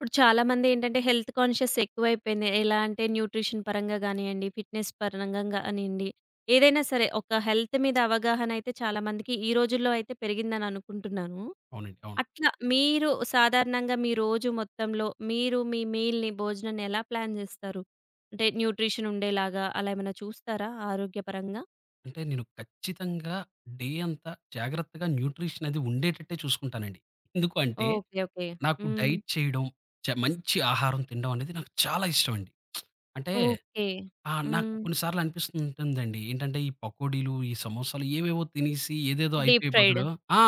ఇప్పుడు చాలామందేంటంటే health conscious ఎక్కువైపోయింది. ఎలా అంటే న్యూట్రిషన్ పరంగా గానియండి, ఫిట్‌నెస్ పరంగా గానియండి, ఏదైనా సరే ఒక హెల్త్ మీద అవగాహన అయితే చాలామందికి ఈ రోజుల్లో అయితే పెరిగిందని అనుకుంటున్నాను. అవునండి. అవును. అట్లా మీరు సాధారణంగా మీ రోజు మొత్తంలో మీరు మీ మీల్‌ని, భోజనాన్ని ఎలా ప్లాన్ జేస్తారు? అంటే న్యూట్రిషన్ ఉండేలాగా అలా ఏమైనా చూస్తారా ఆరోగ్యపరంగా? అంటే నేను ఖచ్చితంగా డే అంతా జాగ్రత్తగా న్యూట్రిషన్ అది ఉండేటట్టే చూసుకుంటానండి. ఎందుకు అంటే ఓకే, ఓకే. నాకు హ్మ్. డైట్ చేయడం, మంచి ఆహారం తినడం అనేది నాకు చాలా ఇష్టమండి. అంటే ఓకే. ఆ! నాకు హ్మ్. కొన్ని సార్లు అనిపిస్తుంటుందండి. ఏంటంటే ఈ పకోడీలు, ఈ సమోసాలు ఏవేవో తినేసి ఏదేదో డీప్ అయిపోయే ఫ్రైడ్. బదులు ఆ!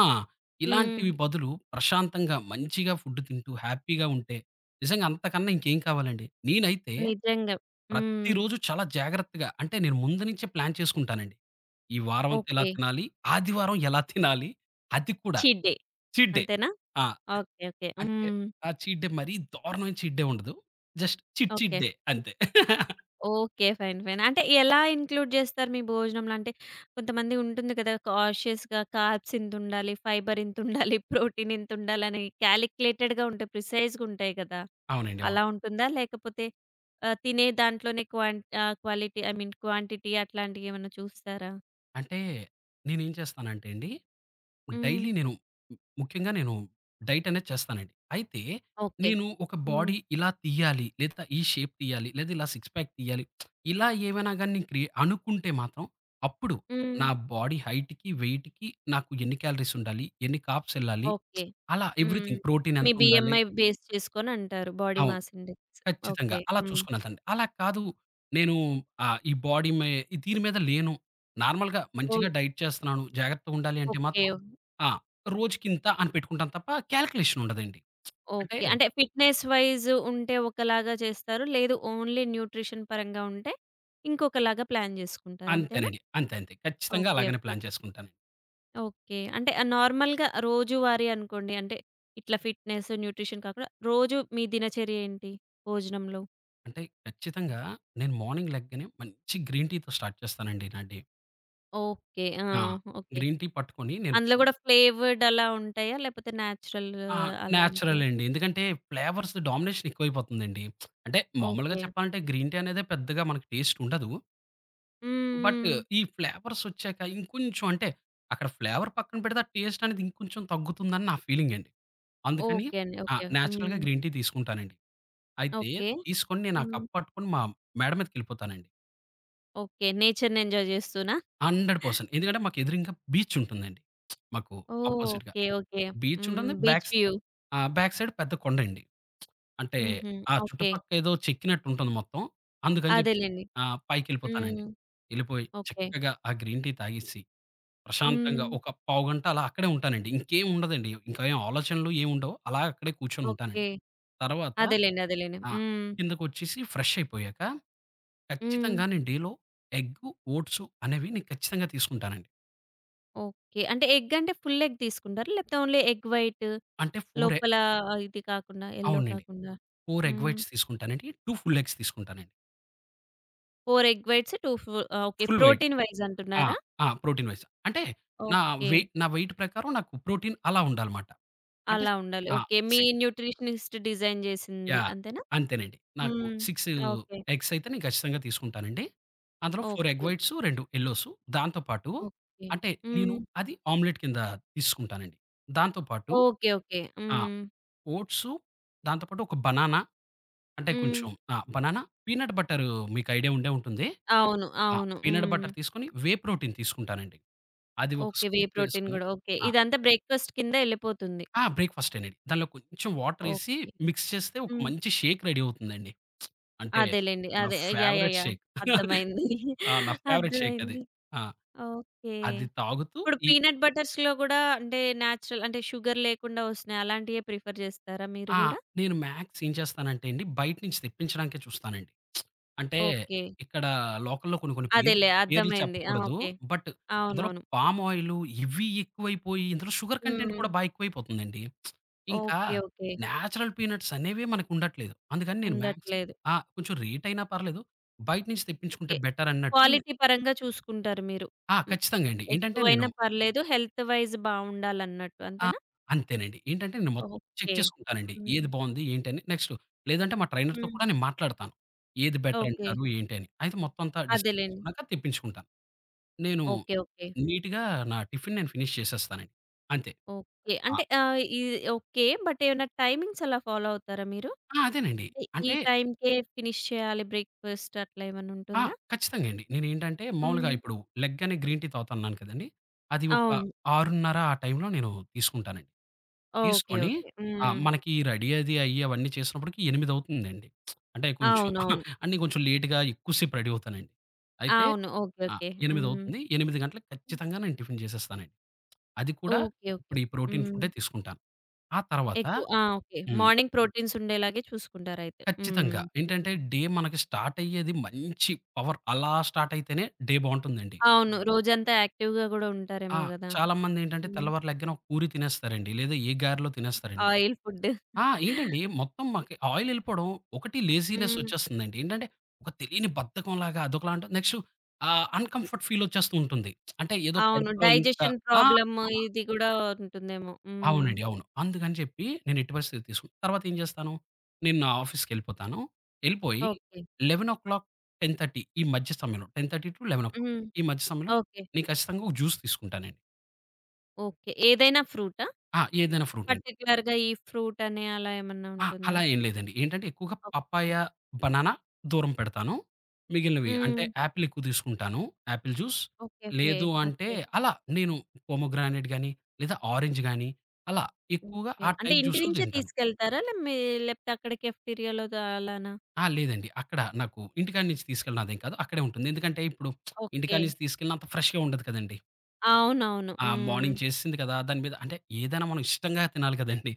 హ్మ్. ఇలాంటివి బదులు ప్రశాంతంగా మంచిగా ఫుడ్ తింటూ హ్యాపీగా ఉంటే నిజంగా అంతకన్నా ఇంకేం కావాలండి. నేనైతే నిజంగా. హ్మ్. ప్రతిరోజు చాలా జాగ్రత్తగా అంటే నేను ముందు నుంచే ప్లాన్ చేసుకుంటానండి. ఈ వారమంతా ఇలా ఓకే. తినాలి, ఆదివారం ఎలా తినాలి, అది కూడా చీట్ డే. Cheat day. అంతేనా? ఆ! Okay, okay. అంటే హ్మ్. ఆ చీట్ డే మరీ దారుణమైన చీట్ డే ఉండదు. Just cheat cheat okay. Day అంతే. ఓకే. Fine, fine. అంటే ఎలా ఇంక్లూడ్ జేస్తారు మీ భోజనంలో? అంటే కొంతమంది ఉంటుంది కదా! కాన్షియస్‌గా కార్బ్స్ ఇంతుండాలి, ఫైబర్ ఇంతుండాలి, ప్రోటీన్ ఇంతుండాలని క్యాలిక్యులేటెడ్‌గా ఉంటాయి. ప్రిసైజ్‌గుంటాయి కదా! అవునండి. అవును. అలా ఉంటుందా? లేకపోతే తినే దాంట్లోనే క్వాలిటీ ఐ మీన్ క్వాంటిటీ అట్లాంటియేమన్నా చూస్తారా? అంటే నేనేం చేస్తానంటే అండి, హ్మ్. డైలీ నేను ముఖ్యంగా నేను డైట్ అనేది చేస్తానండి. అయితే ఓకే. నేను ఒక హ్మ్. బాడీ ఇలా తీయాలి, లేదా ఈ షేప్ తీయాలి, లేదా ఇలా సిక్స్ ప్యాక్ తీయాలి, ఇలా ఏమైనా గాని నేను అనుకుంటే మాత్రం అప్పుడు హ్మ్. నా బాడీ హైట్‌కి, వెయిట్‌కి నాకు ఎన్ని క్యాలరీస్ ఉండాలి, ఎన్ని కార్బ్స్ ఎళ్ళాలి, ఓకే. అలా హ్మ్. ఎవ్రీథింగ్ ప్రోటీన్ మీ ఎంత ఉండాలి. బిఎంఐ బేస్ చేసుకొనంటారు, బాడీ అవును. Mass index. ఖచ్చితంగా. ఓకే. అలా హ్మ్. చూసుకునేదండి. అలా కాదు నేను ఈ బాడీ మే ఈ దీని మీద లేను. నార్మల్‌గా ఓహ్! మంచిగా డైట్ చేస్తున్నాను. జాగ్రత్తగా ఉండాలి అంటే ఓకే, మాత్రం ఆ! రోజుకింత అని పెట్టుకుంటాను తప్ప కాలిక్యులేషన్ ఉండదండి. అంటే ఓకే. అంటే ఫిట్‌నెస్ వైస్ ఉంటే ఒకలాగా చేస్తారు. లేదు, ఓన్లీ న్యూట్రిషన్ పరంగా ఉంటే ఇంకొకలాగా ప్లాన్ జేసుకుంటారు. అంతేనా? అంతేనండి. అంతే అంతే. ఖచ్చితంగా ఓకే, అలాగనే ఓకే. ప్లాన్ చేసుకుంటాను. ఓకే. అంటే నార్మల్‌గా రోజువారీ అనుకోండి. అంటే ఇట్లా ఫిట్‌నెస్, న్యూట్రిషన్ కాకుండా రోజు మీ దినచర్య ఏంటి భోజనంలో? అంటే ఖచ్చితంగా నేను మార్నింగ్ లెగ్గానే మంచి గ్రీన్ టీతో స్టార్ట్ చేస్తానండి నా డే. ఓకే. ఆ! ఆ! ఓకే. గ్రీన్ టీ పట్టుకొని నేను అందులో గూడా ఫ్లేవర్డ్ అలా ఉంటాయా? లేపోతే నేచురల్ ఆ! అలాంటియా? నేచురలే అండి. ఎందుకంటే ఫ్లేవర్స్ డామినేషన్ ఎక్కువైపోతుందండి. అంటే మామూలుగా ఓకే. చెప్పాలంటే గ్రీన్ టీ అనేది పెద్దగా మనకి టేస్ట్ ఉండదు. హ్మ్. బట్ హ్మ్. ఈ ఫ్లేవర్సొచ్చాక ఇంకొంచెం అంటే అక్కడ ఫ్లేవర్ పక్కన పెడితే ఆ టేస్ట్ అనేది ఇంకొంచెం తగ్గుతుందని నా ఫీలింగండి. అందుకని ఓకే అండి. ఆ! ఓకే. నేచురల్‌గా హ్మ్. గ్రీన్ టీ తీసుకుంటానండి. అయితే ఓకే. తీసుకొని నేను ఆ హ్మ్. కప్ పట్టుకొని మా మేడ మీదకెళ్ళిపోతానండి. ఓకే. నేచర్‌ని ఎంజాయ్ చేస్తూనా? 100% ఎందుకంటే మాకు ఎదురింగా బీచ్ ఉంటుందండి. మాకు అపోజిట్‌గా ఓకే, ఓకే. బీచ్ హ్మ్. ఉంటుంది. Beach view. బ్యాక్ సైడ్ పెద్ద కొండండి. అంటే హుహు. ఆ ఓకే. చుట్టుపక్క ఏదో చెక్కినట్టు ఉంటుంది మొత్తం. అందుకని జెప్పి అదేలెండి. ఆ! హ్మ్. పైకెళ్ళిపోతానండి. ఎళ్ళిపోయి ఓకే. చక్కగా ఆ గ్రీన్ టీ తాగేసి ప్రశాంతంగా హ్మ్. ఒక పావుగంట అలా అక్కడే ఉంటానండి. ఇంకేం ఉండదండి. ఇంకా ఏం ఆలోచనలు ఏం ఉండవు. అలా అక్కడే కూర్చొని ఓకే. ఉంటానండి. తర్వాత అదేలెండి, అదేలెండి. ఆ! హ్మ్. కిందకొచ్చేసి ఫ్రెష్ అయిపోయాక హ్మ్. ఖచ్చితంగా నేను డేలో ఎగ్గు, ఓట్స్ అనేవి నేను ఖచ్చితంగా తీసుకుంటానండి. ఓకే. అంటే ఎగ్ అంటే ఫుల్ ఎగ్ తీసుకుంటారా? లేకపోతే ఓన్లీ ఎగ్ వైట్ అంటే 4 ఎ లోపల, ఇది కాకుండా యెల్లో అవునండి. కాకుండా? 4 ఎగ్ హ్మ్. వైట్స్ తీసుకుంటానండి. 2 ఫుల్ ఎగ్స్ తీసుకుంటానండి. 4 ఎగ్ వైట్స్, 2 ఫు okay. Full white protein wise ఆ! అంటున్నారా? ఆ! Protein wise. అంటే నా ఓకే. నా వెయిట్ ప్రకారం నాకు ప్రోటీన్ అలా ఉండాలమాట. అంటే అలా ఉండాలి. ఆ! ఓకే. మీ సి న్యూట్రిషనిస్ట్ డిజైన్ జేసింది. యాహ్! అంతేనా? అంతేనండి. నాకు హ్మ్. 6 ఓకే. ఎగ్స్ అయితే నేను ఖచ్చితంగా తీసుకుంటానండి. అందులో 4 ఎగ్ ఓకే. Whites, 2 yellows. దాంతో పాటు ఓకే. అంటే నేను హ్మ్. అది ఆమ్లెట్ కింద తీసుకుంటానండి. దాంతో పాటు ఓకే. ఓకే. ఆ! హ్మ్. ఓట్సు, దాంతో పాటు ఒక బనానా, అంటే హ్మ్. కొంచెం ఆ! బనానా, పీనట్ బటర్, మీకు ఐడియా ఉండే ఉంటుంది. అవును, ఆ! అవును. పీనట్ హ్మ్. బటర్ తీసుకొని వే ప్రోటీన్ తీసుకుంటానండి. అది ఒక ఓకే. వే స్కూప్ ప్రోటీన్ వేసుకొని గూడా. ఓకే. ఆ! ఇదంతా బ్రేక్‌ఫాస్ట్ కింద ఎళ్ళిపోతుంది. ఆ! బ్రేక్‌ఫాస్టేనండి. దానిలో కొంచెం వాటరేసి ఓకే. మిక్స్ చేస్తే ఒక హ్మ్. మంచి షేక్ రెడీ అవుతుందండి. అంటే అదేలెండి, నా అదే. Yeah! Yeah! Favourite yeah! Shake. అర్థమైంది. ఆ! నా ఫేవరెట్ షేక్ అది. అర్థమైంది. ఆ! ఓకే. అది తాగుతూ ఇప్పుడు ఈ పీనట్ బటర్స్‌లో గూడా అంటే నేచురల్ అంటే షుగర్ లేకుండా వస్తున్నాయి. అలాంటియే ప్రిఫర్ జేస్తారా మీరు ఆ! గూడా? నేను మాక్స్ ఏం చేస్తానంటే అండి, బయట నుంచి తెప్పించడానికే చూస్తానండి. అంటే ఓకే. ఇక్కడ లోకల్‌లో కొన్ని కొన్ని పేర్లు అదేలే, పేర్లు అర్థమైంది. ఆ! చెప్పకూడదు. ఓకే. బట్ అందులో అవునవును. పామ్ ఆయిలు ఇవి ఎక్కువైపోయి, ఇందులో షుగర్ కంటెంట్ హ్మ్. కూడా బా ఎక్కువైపోతుందండి. ఇంకా ఓకే. ఓకే. నేచురల్ పీనట్స్ అనేవే మనకుండట్లేదు. అందుకని నేను మాక్స్ ఉండట్లేదు. ఆ! కొంచెం రేటయినా పర్లేదు. బయట నుంచి తెప్పించుకుంటే ఓకే. బెటర్ అన్నట్టు క్వాలిటీ పరంగా చూసుకుంటారు మీరు. ఆ! హ్మ్. ఖచ్చితంగా అండి. ఏంటంటే నేను ఎక్కువైనా పర్లేదు, హెల్త్ వైస్ బావుండాలన్నట్టు. ఆ! అంతేనా? అంతేనండి. ఏంటంటే నేను మొత్తం చెక్ ఓకే. చేసుకుంటానండి. హ్మ్. ఏది బావుంది? ఏంటని? నెక్స్ట్ లేదంటే మా ట్రైనర్‌తో హ్మ్. కూడా నేను మాట్లాడతాను. ఏది బెటర్ ఓకే. అంటారు? ఏంటి అని? అయితే మొత్తం అంతా డిసైడ్ అదేలెండి. చేసుకున్నాక తెప్పించుకుంటాను. నేను ఓకే. ఓకే. నీట్‌గా నా టిఫిన్ నేను ఫినిష్ చేసేస్తానండి. అంతే. ఓకే. ఆ! అంటే ఇది ఓకే. బట్ ఏమైనా టైమింగ్స్ అలా ఫాలో అవుతారా మీరు? ఆ! అదేనండి. అంటే ఈ అంటే టైమ్‌కే ఫినిష్ చేయాలి బ్రేక్‌ఫాస్ట్, అట్లా ఏమన్నా ఆ! ఉంటుందా? ఖచ్చితంగా అండి. నేనేంటంటే మామూలుగా హ్మ్. ఇప్పుడు లెగ్ అనే గ్రీన్ టీ తాగుతున్నాను కదండీ! అది ఒక అవును. 6:30 ఆ టైంలో నేను తీసుకుంటానండి. ఓకే, తీసుకొని ఓకే. ఆ! హ్మ్. మనకి రెడీ అది అయ్యి అవన్నీ చేసినప్పటికి 8 అవుతుందండి. అంటే కొంచెం అవునవును, అంటే నేను కొంచెం లేట్‌గా ఎక్కువ సేపు రెడీ అవుతానండి. అయితే అవును. ఓకే, ఆ! ఓకే. 8 హ్మ్. అవుతుంది. 8 గంటలకు ఖచ్చితంగా నేను టిఫిన్ చేసేస్తానండి. అది కూడా ఓకే. ఓకే. ఇప్పుడు ఈ ప్రోటీన్ హ్మ్. ఫుడ్డే తీసుకుంటాను. ఆ తర్వాత ఎక్కువ ఆ! ఓకే. హ్మ్. మార్నింగ్ ప్రోటీన్స్ ఉండేలాగే చూసుకుంటారయితే. హ్మ్. ఖచ్చితంగా ఏంటంటే డే మనకి స్టార్ట్ అయ్యేది మంచి పవర్ అలా స్టార్ట్ అయితేనే డే బావుంటుందండి. అవును, రోజంతా యాక్టివ్‌గా గూడా ఆ! ఉంటారేమో గదా! చాలామందేంటంటే హ్మ్. తెల్లవారు లెగ్గానే ఒక పూరి తినేస్తారండి. లేదా ఏ గారెలో తినేస్తారండి. Oil food. ఆ! ఏంటండి మొత్తం మాకు ఆయిల్ ఎళ్ళిపోవడం, ఒకటి లేజీనెస్ హ్మ్. వచ్చేస్తుందండి. ఏంటంటే, ఒక తెలియని బద్ధకంలాగా అదొకలా ఉంటుంది. నెక్స్ట్ ఆహ్, అన్‌కంఫర్ట్ ఫీల్ వచ్చేస్తూ ఉంటుంది. అంటే ఏదో అవును, కడుపులో ఇంకా డైజెషన్ ఆ! ప్రాబ్లమ్ ఇది గూడా ఉంటుందేమో. హ్మ్. అవునండి. అవును. అందుకని చెప్పి నేను ఎట్టి పరిస్థితిలో తీసుకున్నాను. తర్వాత ఏం చేస్తాను, నేను నా ఆఫీస్‌కెళ్ళిపోతాను. ఎళ్ళిపోయి ఓకే. 11:00, 10:30 ఈ మధ్య సమయంలో 10:30-11:00 హ్మ్. ఈ మధ్య సమయంలో ఓకే. నేను ఖచ్చితంగా ఒక జ్యూస్ తీసుకుంటానండి. ఓకే. ఏదైనా ఫ్రూటా? ఆ! ఏదైనా ఫ్రూటే. పర్టిక్యులర్‌గా ఈ ఫ్రూట్ అని అలా ఏమన్నా ఆ! ఉంటుందా? అలా ఏం లేదండి. ఏంటంటే ఎక్కువగా పప్పాయ, ఓకే. బనానా దూరం పెడతాను. మిగిలినవి అంటే హ్మ్. యాపిల్ ఎక్కువ తీసుకుంటాను. Apple juice. Okay, okay. లేదు అంటే ఓకే. అలా నేను పోమోగ్రానేట్ గాని, లేదా ఆరెంజ్ గాని అలా ఎక్కువగా ఓకే. ఆ అంటే టైప్ ఇంటి జ్యూసులు నుంచే తింటాను. తీసుకెళ్తారా? లే మీ లేపోతే అక్కడ కెఫ్టీరియాలో ద అలానా? ఆ! లేదండి. అక్కడ నాకు ఇంటికాడ నుంచి తీసుకెళ్ళినదేం కాదు. అక్కడే ఉంటుంది. ఎందుకంటే ఇప్పుడు ఓకే. ఇంటికాడ నుంచి తీసుకెళ్ళిన అంత ఫ్రెష్‌గా ఉండదు కదండీ. అవునవును. ఆ హ్మ్. మార్నింగ్ చేసింది కదా! దాని మీద అంటే ఏదైనా మనం ఇష్టంగా తినాలి కదండీ.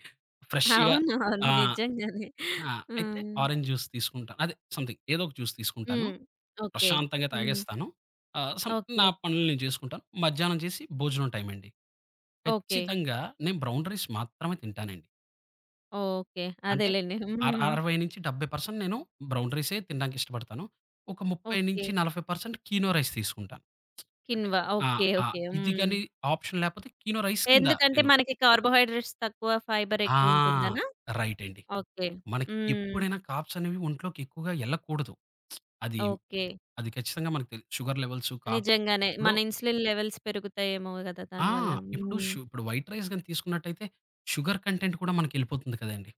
ఫ్రెష్‌గా అవునవును, ఆ! నిజంగానే. ఆ! అయితే హ్మ్. ఆరెంజ్ జ్యూస్ తీసుకుంటాను. అదే సంథింగ్ ఏదో ఒక జ్యూస్ తీసుకుంటాను. హ్మ్. ఓకే. ప్రశాంతంగా హ్మ్. తాగేస్తాను. ఆహ్, సమ్ ఓకే, నా పనులు నేను చేసుకుంటాను. మధ్యాహ్నం చేసి భోజనం టైం అండి. ఓకే. ఖచ్చితంగా నేను బ్రౌన్ రైస్ మాత్రమే తింటానండి. ఓకే. అంటే అదేలెండి. అర హ్మ్. 60-70% నేను బ్రౌన్ రైసే తినడానికి ఇష్టపడతాను. ఒక ఓకే. 30-40% కీనో రైస్ తీసుకుంటాను. అంటే కిన్వా. ఆ! ఓకే, ఆ! ఓకే. ఇది హ్మ్. గాని ఆప్షన్ లేకపోతే కీనో రైస్ కింద ఎందుకంటే నేను మనకి కార్బోహైడ్రేట్స్ తక్కువ, ఫైబర్ ఆ! ఎక్కువుంటుందనా? రైట్ అండి. ఓకే. మనకి హ్మ్. ఎప్పుడైనా కార్బ్స్ అనేవి ఒంట్లోకి ఎక్కువగా ఎళ్ళకూడదు. అది ఓకే. అది ఖచ్చితంగా మనకు షుగర్ లెవెల్స్, కార్బ్స్ నిజంగానే, ఇప్పుడు మన ఇన్సులిన్ లెవెల్స్ పెరుగుతాయేమో గదా! ఆ! దానివల్ల. హ్మ్. ఇప్పుడు వైట్ రైస్ గాని తీసుకున్నట్టయితే షుగర్ కంటెంట్ కూడా మనకెళ్ళిపోతుంది కదండీ.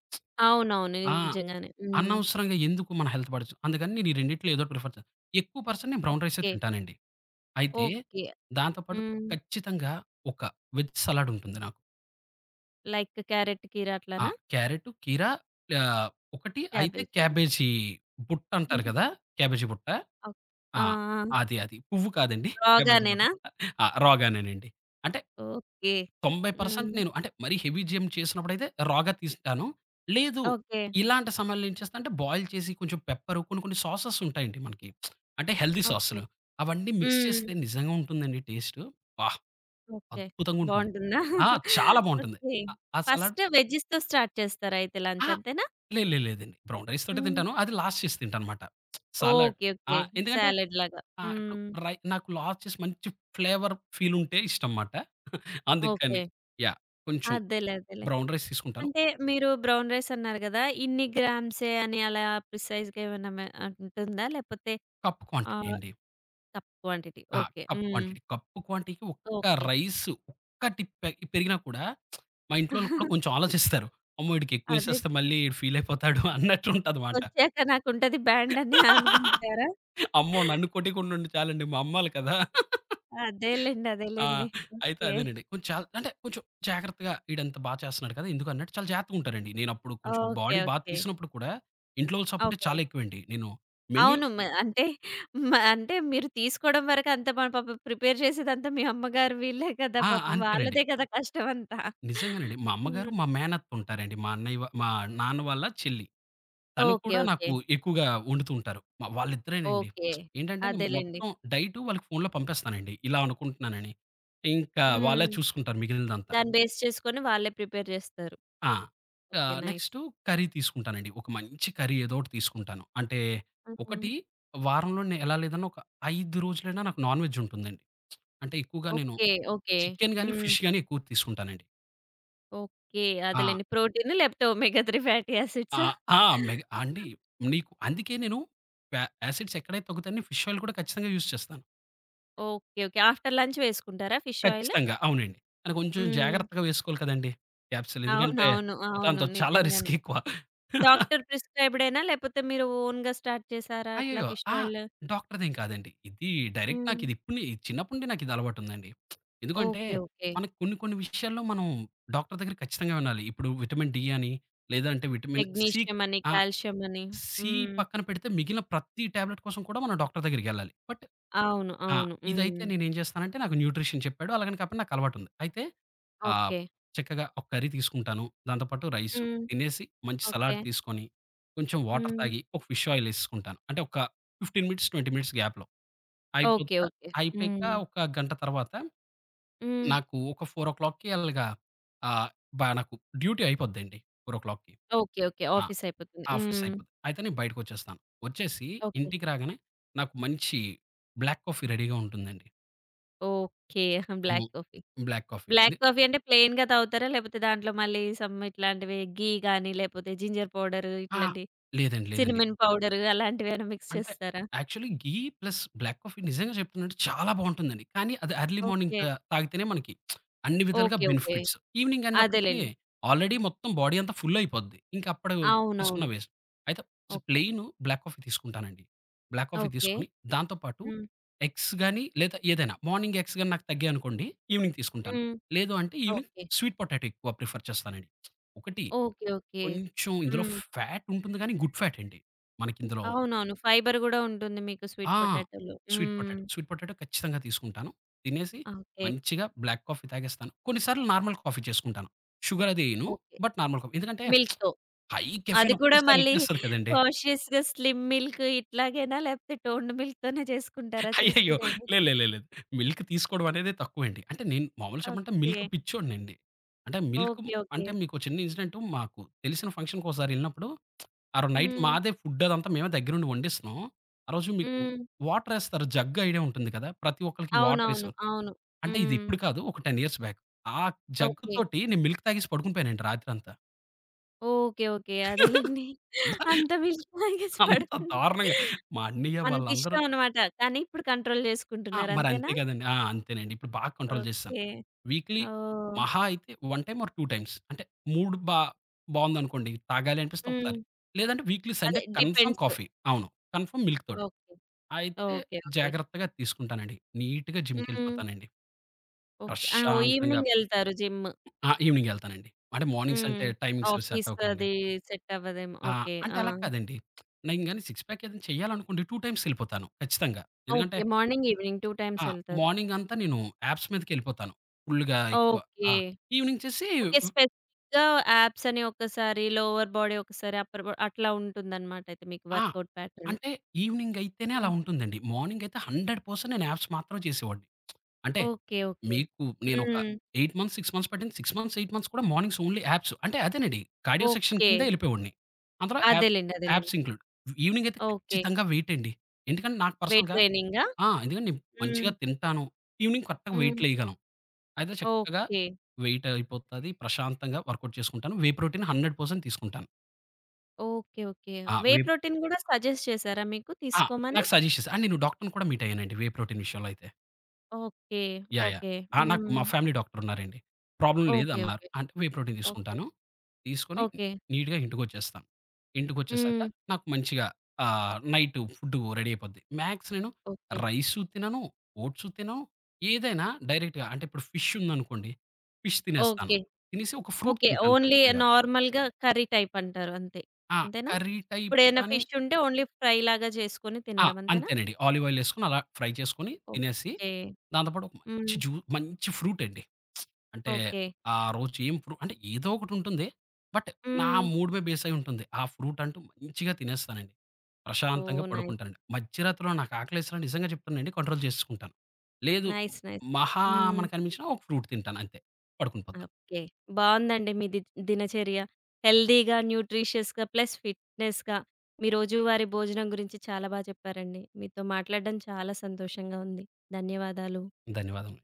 అవునవును. ఆ! నిజంగానే. హ్మ్. అనవసరంగా ఎందుకు మన హెల్త్ అందుకని నేను ఈ రెండిట్లో ఏదో ఒకటి ప్రిఫర్ చే ఎక్కువ పర్సెంట్ నేను బ్రౌన్ రైసే ఓకే. తింటానండి. అయితే ఓకే. దాంతో పాటు హ్మ్. ఖచ్చితంగా ఒక వెజ్ సలాడ్ ఉంటుంది నాకు. లైక్ క్యారెట్ కీర ఆ! అట్లనా? క్యారట్, కీరా ఆహ్, ఒకటి అయితే క్యాబేజా? క్యాబేజీ బుట్ట అంటారు కదా! క్యాబేజీ బుట్ట. ఓక్ ఆ! ఆ! ఆ! అది అది పువ్వు కాదండి. క్యాబేజీ బుట్ట. రాగానేనా? ఆ! రాగానేనండి. అంటే ఓకే. 90% హ్మ్. నేను అంటే మరీ హెవీ జేం చేసినప్పుడైతే రా‌గా తీసుంటాను. లేదు ఓకే. ఇలాంటి సమయాల్లో ఏం చేస్తా అంటే బాయిల్ చేసి కొంచెం పెప్పరు కొన్ని కొన్ని సాసెస్ ఉంటాయండి మనకి. అంటే హెల్తీ ఓకే. సాసులు. అవన్నీ మిక్స్ హ్మ్. చేస్తే నిజంగా ఉంటుందండి టేస్టు. వాహ్! ఓకే. అద్భుతంగా ఉంటుంది. బావుంటుందా? ఆ! చాలా బావుంటుంది. ఓకే. ఆ సలాడ్ ఫస్ట్ వెజ్జీస్‌తో స్టార్ట్ చేస్తారా అయితే లంచ్? అహా! అంతేనా? లే లే లేదండి. బ్రౌన్ రైస్ తోటే హ్మ్. తింటాను. అది లాస్ట్ చేసి తింటానమాట. సలాడ్ ఓకే, ఆ! ఓకే. ఎందుకంటే సాలడ్ లాగా. ఆ! ఇప్పుడు హ్మ్. నాకు లాస్ట్ చేసి మంచి ఫ్లేవర్ ఫీల్ ఉంటే ఇష్టం మాట. అందుకని ఓకే. యాహ్! కొంచెం అదేలే, అదేలే. బ్రౌన్ రైస్ తీసుకుంటాను. అంటే మీరు బ్రౌన్ రైస్ అన్నారు గదా! ఇన్ని గ్రామ్సే అని అలా ప్రిసైజ్‌గా ఏమన్నా మే ఉంటుందా? లేకపోతే కప్ క్వాంటిటీ ఆహ్, అండి. తక్కువ క్వాంటిటీ. ఆ! ఓకే. కప్ హ్మ్. క్వాంటిటీ. కప్పు క్వాంటిటీకి ఒక్క ఓకే. రైస్ ఒక్క టిప్ పెరిగినా కూడా మా ఇంట్లోళ్ళు కూడా కొంచెం ఆలోచిస్తారు. అమ్మో! ఈడికి అదే, ఎక్కువేసేస్తే మళ్ళీ ఈడు ఫీల్ అయిపోతాడు అన్నట్టు ఉంటదమాట. వచ్చాక నాకుంటది బ్యాండ్ అని అనుకుంటారా? అమ్మో! నన్ను కొట్టకుండా ఉంటే చాలండి. మా అమ్మోళ్ళు కదా! అదేలెండి, ఆ! అదేలెండి. అయితే ఓకే. అదేనండి. కొంచెం అంటే కొంచెం జాగ్రత్తగా ఈడంత బా చేస్తున్నాడు కదా! ఎందుకు అన్నట్టు చాలా జాగ్రత్తగా ఉంటారండి. నేనప్పుడు కొంచెం ఓకే. బాడీ బా ఓకే. తీసినప్పుడు కూడా ఇంట్లో వాళ్ళ సపోర్టే ఓకే. చాలా ఎక్కువండి. నేను మెన్యూ అవును. మ అంటే మ అంటే మీరు తీసుకోవడం వరకు అంతా, మన పాపం ప్రిపేర్ చేసేదంతా మీ అమ్మగారు వీళ్ళే కదా! ఆ! పాపం అంతేనండి. వాళ్ళదే కదా కష్టం అంతా. నిజంగానండి. మా అమ్మగారు, హ్మ్. మా మేనత్తుంటారండి. మా అన్నయ్య మా నాన్న వాళ్ళ చెల్లి. తను ఓకే, కూడా ఓకే. నాకు ఎక్కువగా వండుతూ ఉంటారు. వాళ్ళిద్దరేనండి. ఓకే. ఏంటంటే నేను అదేలెండి. మొత్తం డైటు వాళ్ళకి ఫోన్‌లో పంపేస్తానండి. ఇలా అనుకుంటున్నానని. ఇంకా వాళ్ళే హ్మ్. చూసుకుంటారు మిగిలినదంతా. దాన్ని బేస్ చేసుకొని వాళ్ళే ప్రిపేర్ జేస్తారు. ఆ! ఓకే. ఆహ్, నైస్. నెక్స్టు కర్రీ తీసుకుంటానండి. ఒక మంచి కర్రీ ఏదో ఒకటి తీసుకుంటాను. అంటే హ్మ్. ఒకటి వారంలో ఎలా లేదన్నా ఒక 5 రోజులైనా నాకు నాన్ వెజ్ ఉంటుందండి. అంటే ఎక్కువగా నేను ఓకే, ఓకే. చికెన్ గాని, హ్మ్. ఫిష్ గాని ఎక్కువ తీసుకుంటానండి. ఓకే. ఆ! అదేలెండి. ప్రోటీన్, లేపోతే ఒమేగా 3 ఫ్యాటీ ఆ! యాసిడ్సా? ఆ! అండి నీకు అందుకే నేను యాసిడ్స్ ఎక్కడైతే తగ్గుతాయని ఫిష్ ఆయిల్ కూడా ఖచ్చితంగా యూజ్ చేస్తాను. ఓకే. ఓకే. ఆఫ్టర్ లంచ్ వేసుకుంటారా ఫిష్ ఆయిల్? ఖచ్చితంగా. అవునండి. కానీ కొంచెం హ్మ్. జాగ్రత్తగా వేసుకోవాలి కదండీ! క్యాప్సూల్. ఎందుకంటే అవునవును, అవును. దాంతో చాలా నిజంగానే. రిస్క్ ఎక్కువ. డాక్టర్ ప్రిస్క్రైబ్‌డేనా? లేపోతే మీరు ఓన్‌గా స్టార్ట్ చేసారా ఇట్లా అయ్యయ్యో! ఫిష్ ఆ! ఆయిల్? డాక్టర్‌దేం కాదండి. ఇది డైరెక్ట్ హ్మ్. నాకిది ఇప్పుడు చిన్నప్పటి నుండి నాకిది అలవాటుందండి. ఎందుకంటే ఓకే, ఓకే. మనకు కొన్ని కొన్ని విషయాల్లో మనం డాక్టర్ దగ్గర ఖచ్చితంగా వినాలి. ఇప్పుడు విటమిన్ డి అని లేదంటే విటమిన్ సి మెగ్నీషియం అని, ఆ! కాల్షియం అని. సి హ్మ్. పక్కన పెడితే మిగిలిన ప్రతి టాబ్లెట్ కోసం కూడా మనం డాక్టర్ దగ్గరికెళ్ళాలి. బట్ అవును, ఆ! అవును. ఇదైతే హ్మ్. నేనేం చేస్తానంటే నాకు న్యూట్రిషన్ చెప్పాడు. అలాగని కాపోయినా నాకు అలవాటుంది. అయితే ఆహ్, ఓకే. చక్కగా ఒక కర్రీ తీసుకుంటాను. దాంతో పాటు రైసు. హ్మ్. తినేసి మంచి ఓకే. సలాడ్ తీసుకొని, కొంచెం వాటర్ హ్మ్. తాగి, ఒక ఫిష్ ఆయిల్ ఎసేసుకుంటాను. అంటే ఒక 15 మినిట్స్, 20 మినిట్స్ గ్యాప్‌లో. ఓకే, అయిపోతా ఓకే. అయిపోయాక హ్మ్. ఒక గంట తర్వాత హ్మ్. నాకు ఒక 4:00కి అలాగా ఆహ్, నాకు డ్యూటీ అయిపోద్దండి. 4:00కి. Okay, okay. ఆ! ఆఫీస్ అయిపోతుంది. ఆఫీస్ హ్మ్. అయిపోద్ది. అయితే నేను బయటకొచ్చేస్తాను. వచ్చేసి ఓకే, ఇంటికి రాగానే నాకు మంచి బ్లాక్ కాఫీ రెడీగా ఉంటుందండి. ఓకే. బ్లాక్ హ్మ్. Coffee. Black coffee. Black the coffee అంటే ప్లెయిన్‌గా తాగుతారా? లేపోతే దాంట్లో మళ్ళీ సమ్ ఇట్లాంటివి, ఘీ గాని, లేపోతే జింజర్ పౌడర్ ఆ! ఇట్లాంటి లేదండి. లేదండి. సిన్నమన్ పౌడర్ అలాంటివేమైనా మిక్స్ అంటే చేస్తారా? Actually ghee plus black coffee నిజంగా చెప్తున్నానంటే చాలా బావుంటుందండి. కానీ అది ఎర్లీ మార్నింగ్ ఓకే. తాగితేనే మనకి అన్ని విధాలుగా ఓకే. ఓకే. బెనిఫిట్స్. ఈవినింగ్ అన్నప్పటికి అదేలెండి. ఆల్రెడీ మొత్తం బాడీ అంతా ఫుల్ అయిపోద్ది. ఇంక అప్పుడు తీసుకున్న అవునవును. వేస్ట్. అయితే ఓకే, ప్లెయిన్ బ్లాక్ కాఫీ తీసుకుంటానండి. Black coffee okay. తీసుకొని దాంతో పాటు హ్మ్. ఎగ్స్ గాని లేదా ఏదైనా మార్నింగ్ ఎగ్స్ గాని నాకు తగ్గాయనుకోండి ఈవినింగ్ తీసుకుంటాను. హ్మ్. లేదు అంటే ఈవినింగ్ ఓకే. స్వీట్ పొటాటో ఎక్కువ ప్రిఫర్ చేస్తానండి. ఒకటి ఓకే. ఓకే. కొంచెం ఇందులో హ్మ్. ఫ్యాట్ ఉంటుంది గానీ, గుడ్ ఫ్యాట్ అండి. మనకిందులో అవునవును, ఫైబర్ గూడా ఉంటుంది మీకు స్వీట్ ఆ! పొటాటోలో. స్వీట్ హ్మ్. పొటాటో. స్వీట్ పొటాటో ఖచ్చితంగా తీసుకుంటాను. తినేసి ఆ! ఓకే. మంచిగా బ్లాక్ కాఫీ తాగేస్తాను. కొన్నిసార్లు నార్మల్ కాఫీ చేసుకుంటాను. షుగర్ అది ఎయను. ఓకే. But normal coffee. ఎందుకంటే మిల్క్‌తో. హై అది కెఫెన్ కూడా ఒకేసారి మళ్ళీ ఎక్కేస్తది కదండీ! కాన్షియస్‌గా స్లిమ్ మిల్క్ ఇట్లాగేనా? లేకపోతే టోన్డ్ మిల్క్‌తోనే చేసుకుంటారా అయ్యయ్యో! చేసుకునేది? లేదు. మిల్క్ తీసుకోవడం అనేది తక్కువండి. అంటే నేను మామూలుగా చెప్పాలంటే ఓకే, మిల్క్ పిచ్చోడినండి. అంటే మిల్క్ ఓకే. ఓకే. అంటే మీకో చిన్న ఇన్సిడెంట్, మాకు తెలిసిన ఫంక్షన్‌కి ఒకసారి ఎళ్ళినప్పుడు ఆ రోజు నైట్ హ్మ్. మాదే ఫుడ్ అదంతా మేమే దగ్గరుండి వండిస్తున్నాం. ఆ రోజు మీకు హ్మ్. వాటరేస్తారు. జగ్ ఐడియా ఉంటుంది కదా! ప్రతి ఒక్కళ్ళకి అవునవును, వాటరేసేవారు. అవును. అంటే ఇది హ్మ్. ఇప్పుడు కాదు. ఒక 10 ఇయర్స్ బ్యాక్. ఆ ఓకే, జగ్గుతోటి నేను మిల్క్ తాగేసి పడుకొని పోయానండి రాత్రంతా. ఓకే. ఓకే. అదేలెండి. అంత మిల్క్ తాగేసి అంత పడుకుంటే దారుణంగా మా అన్నయ్య అంత వాళ్ళందరూ ఇష్టం అన్నమాట. కానీ ఇప్పుడు కంట్రోల్ ఆ! చేసుకుంటున్నారు అంతేనా? మరంతే కదండీ. ఆ! అంతేనండి. ఇప్పుడు బాగా కంట్రోల్ చేసేసాను. ఓకే. వీక్‌లీ ఓహ్! మహా అయితే 1 టైమ్ ఆర్ 2 టైమ్స్ అంటే మూడ్ బా బావుందనుకోండి. తాగాలి అనిపిస్తే హ్మ్. ఒకసారి. లేదంటే వీక్‌లీ అదే సండే కన్ఫర్మ్ డిపెండ్స్. కాఫీ. అవును. కన్ఫర్మ్ మిల్క్‌తోటి. ఓకే, అయితే ఓకే. ఓకే. జాగ్రత్తగా తీసుకుంటానండి. నీట్‌గా హ్మ్. జిమ్‌కెళ్ళిపోతానండి. అవును. ఓకే. ఆ! ఓహ్! ప్రశాంతంగా ఈవినింగ్ ఎళ్తారు జిమ్. ఆ! ఈవినింగ్ ఎళ్తానండి. అంటే మార్నింగ్స్ హ్మ్. అంటే టైమింగ్స్ సెట్ ఆఫీస్ అవ్వకండి. అది సెట్ అవ్వదేమో. ఆ! ఓకే. అంటే ఆ! అలా కాదండి. నేను గాని సిక్స్ ప్యాక్ ఏదైనా చేయాలనుకోండి 2 టైమ్స్ ఎళ్ళిపోతాను ఖచ్చితంగా. ఎందుకంటే ఓకే. మార్నింగ్, ఈవినింగ్ 2 ఆ! టైమ్స్ ఎళ్తారు. మార్నింగ్ అంతా నేను యాప్స్ మీదకెళ్ళిపోతాను. ఫుల్‌గా ఎక్కువ. ఓకే. ఆ! ఈవినింగ్ చేసి ఓకే. స్పెసిఫిక్‌గా యాబ్స్ అని ఒకసారి, లోవర్ బాడీ ఒకసారి, అప్పర్ బాడీ అట్లా ఉంటుందన్నమాట అయితే మీకు ఆ! Workout pattern. అంటే ఈవినింగ్ అయితేనే అలా హ్మ్. ఉంటుందండి. మార్నింగ్ అయితే 100% నేను యాప్స్ మాత్రమే చేసేవాడిని. అంటే ఓకే, ఓకే. మీకు నేనొక హ్మ్. 8 మంత్స్, 6 మంత్స్ పట్టింది. 6 మంత్స్, 8 మంత్స్ కూడా మార్నింగ్స్ ఓన్లీ యాప్స్. అంటే అదేనండి, కార్డియో సెక్షన్ ఓకే. కిందే ఎళ్ళిపోయేవాడిని. అందులో అదేలెండి, అదేలెండి. Abs include. ఈవినింగ్ అయితే ఓకే. ఖచ్చితంగా వెయిట్ అండి. ఎందుకంటే నాకు వెయిట్ పర్సనల్‌గా ట్రైనింగా? ఆ! ఎందుకంటే నేను హ్మ్. మంచిగా తింటాను. ఈవినింగ్ కరెక్ట్‌గా హ్మ్. వెయిట్‌లేయగలను. అయితే చక్కగా ఓకే, వెయిట్ అయిపోతది. ప్రశాంతంగా వర్కౌట్ చేసుకుంటాను. వే ప్రోటీన్ 100% తీసుకుంటాను. ఓకే. ఓకే. ఆ! వే వే ప్రోటీన్ గూడా సజెస్ట్ చేసారా మీకు ఆ! తీసుకోమని? నాకు సజెస్ట్ చేసారు. అండ్ నేను డాక్టర్‌ని కూడా మీట్ అయ్యానండి వే ప్రోటీన్ విషయంలో అయితే. Okay, yeah! యాహ్! ఓకే. ఆ! నాకు హ్మ్. మా ఫ్యామిలీ డాక్టరున్నారండి. ప్రాబ్లమ్ ఓకే, లేదన్నారు. ఓకే. అంటే వే ప్రోటీన్ ఓకే. తీసుకుంటాను. తీసుకొని ఓకే. నీట్‌గా ఇంటికొచ్చేస్తాను. ఇంటికొచ్చేసాక హ్మ్. నాకు మంచిగా ఆహ్, నైటు ఫుడ్డు రెడీ అయిపోద్ది. మ్యాక్స్ నేను ఓకే, రైసు తినను, ఓట్సు తినను. ఏదైనా డైరెక్ట్‌గా అంటే ఇప్పుడు ఫిష్ ఉందనుకోండి, ఫిష్ తినేస్తాను. ఓకే. తినేసి ఒక ఫ్రూట్ ఓకే. తింటాను ఓన్లీ ఖచ్చితంగా. నార్మల్‌గా కర్రీ టైప్ అంటారు అంతే. ఆ! అంతేనా? కర్రీ టైప్ ఇప్పుడేమైనా గాని ఫిష్ ఉంటే ఓన్లీ ఫ్రై లాగా చేసుకొని ఆ! తినడం అంతేనా? అంతేనండి. ఆలివ్ ఆయిల్ ఎసుకొని అలా ఫ్రై చేసుకొని తినేసి, ఓకే. దాంతో పాటు ఒక మంచి హ్మ్. జ్యూ మంచి ఫ్రూట్ అండి. అంటే ఓకే. ఆ రోజు ఏం అంటే ఏదో ఒకటుంటుంది. బట్ నా హ్మ్. మూడ్ మీద బేస్ అయి ఉంటుంది. ఆ ఫ్రూట్ అంటూ మంచిగా తినేస్తానండి. ప్రశాంతంగా ఓహ్! నైస్. పడుకుంటానండి. మధ్యరాత్రిలో నాకు ఆకలేసినా నిజంగా చెప్తున్నానండి కంట్రోల్ చేసుకుంటాను. లేదు నైస్, నైస్. మహా హ్మ్. మనకనిపించినా ఒక ఫ్రూట్ తింటాను అంతే. పడుకొని పోతాను. ఓకే. బావుందండి మీ ది దినచర్య. హెల్తీగా, న్యూట్రిషియస్‌గా ప్లస్ ఫిట్‌నెస్‌గా మీ రోజువారీ భోజనం గురించి చాలా బా చెప్పారండి. మీతో మాట్లాడడం చాలా సంతోషంగా ఉంది. ధన్యవాదాలు. ధన్యవాదములు.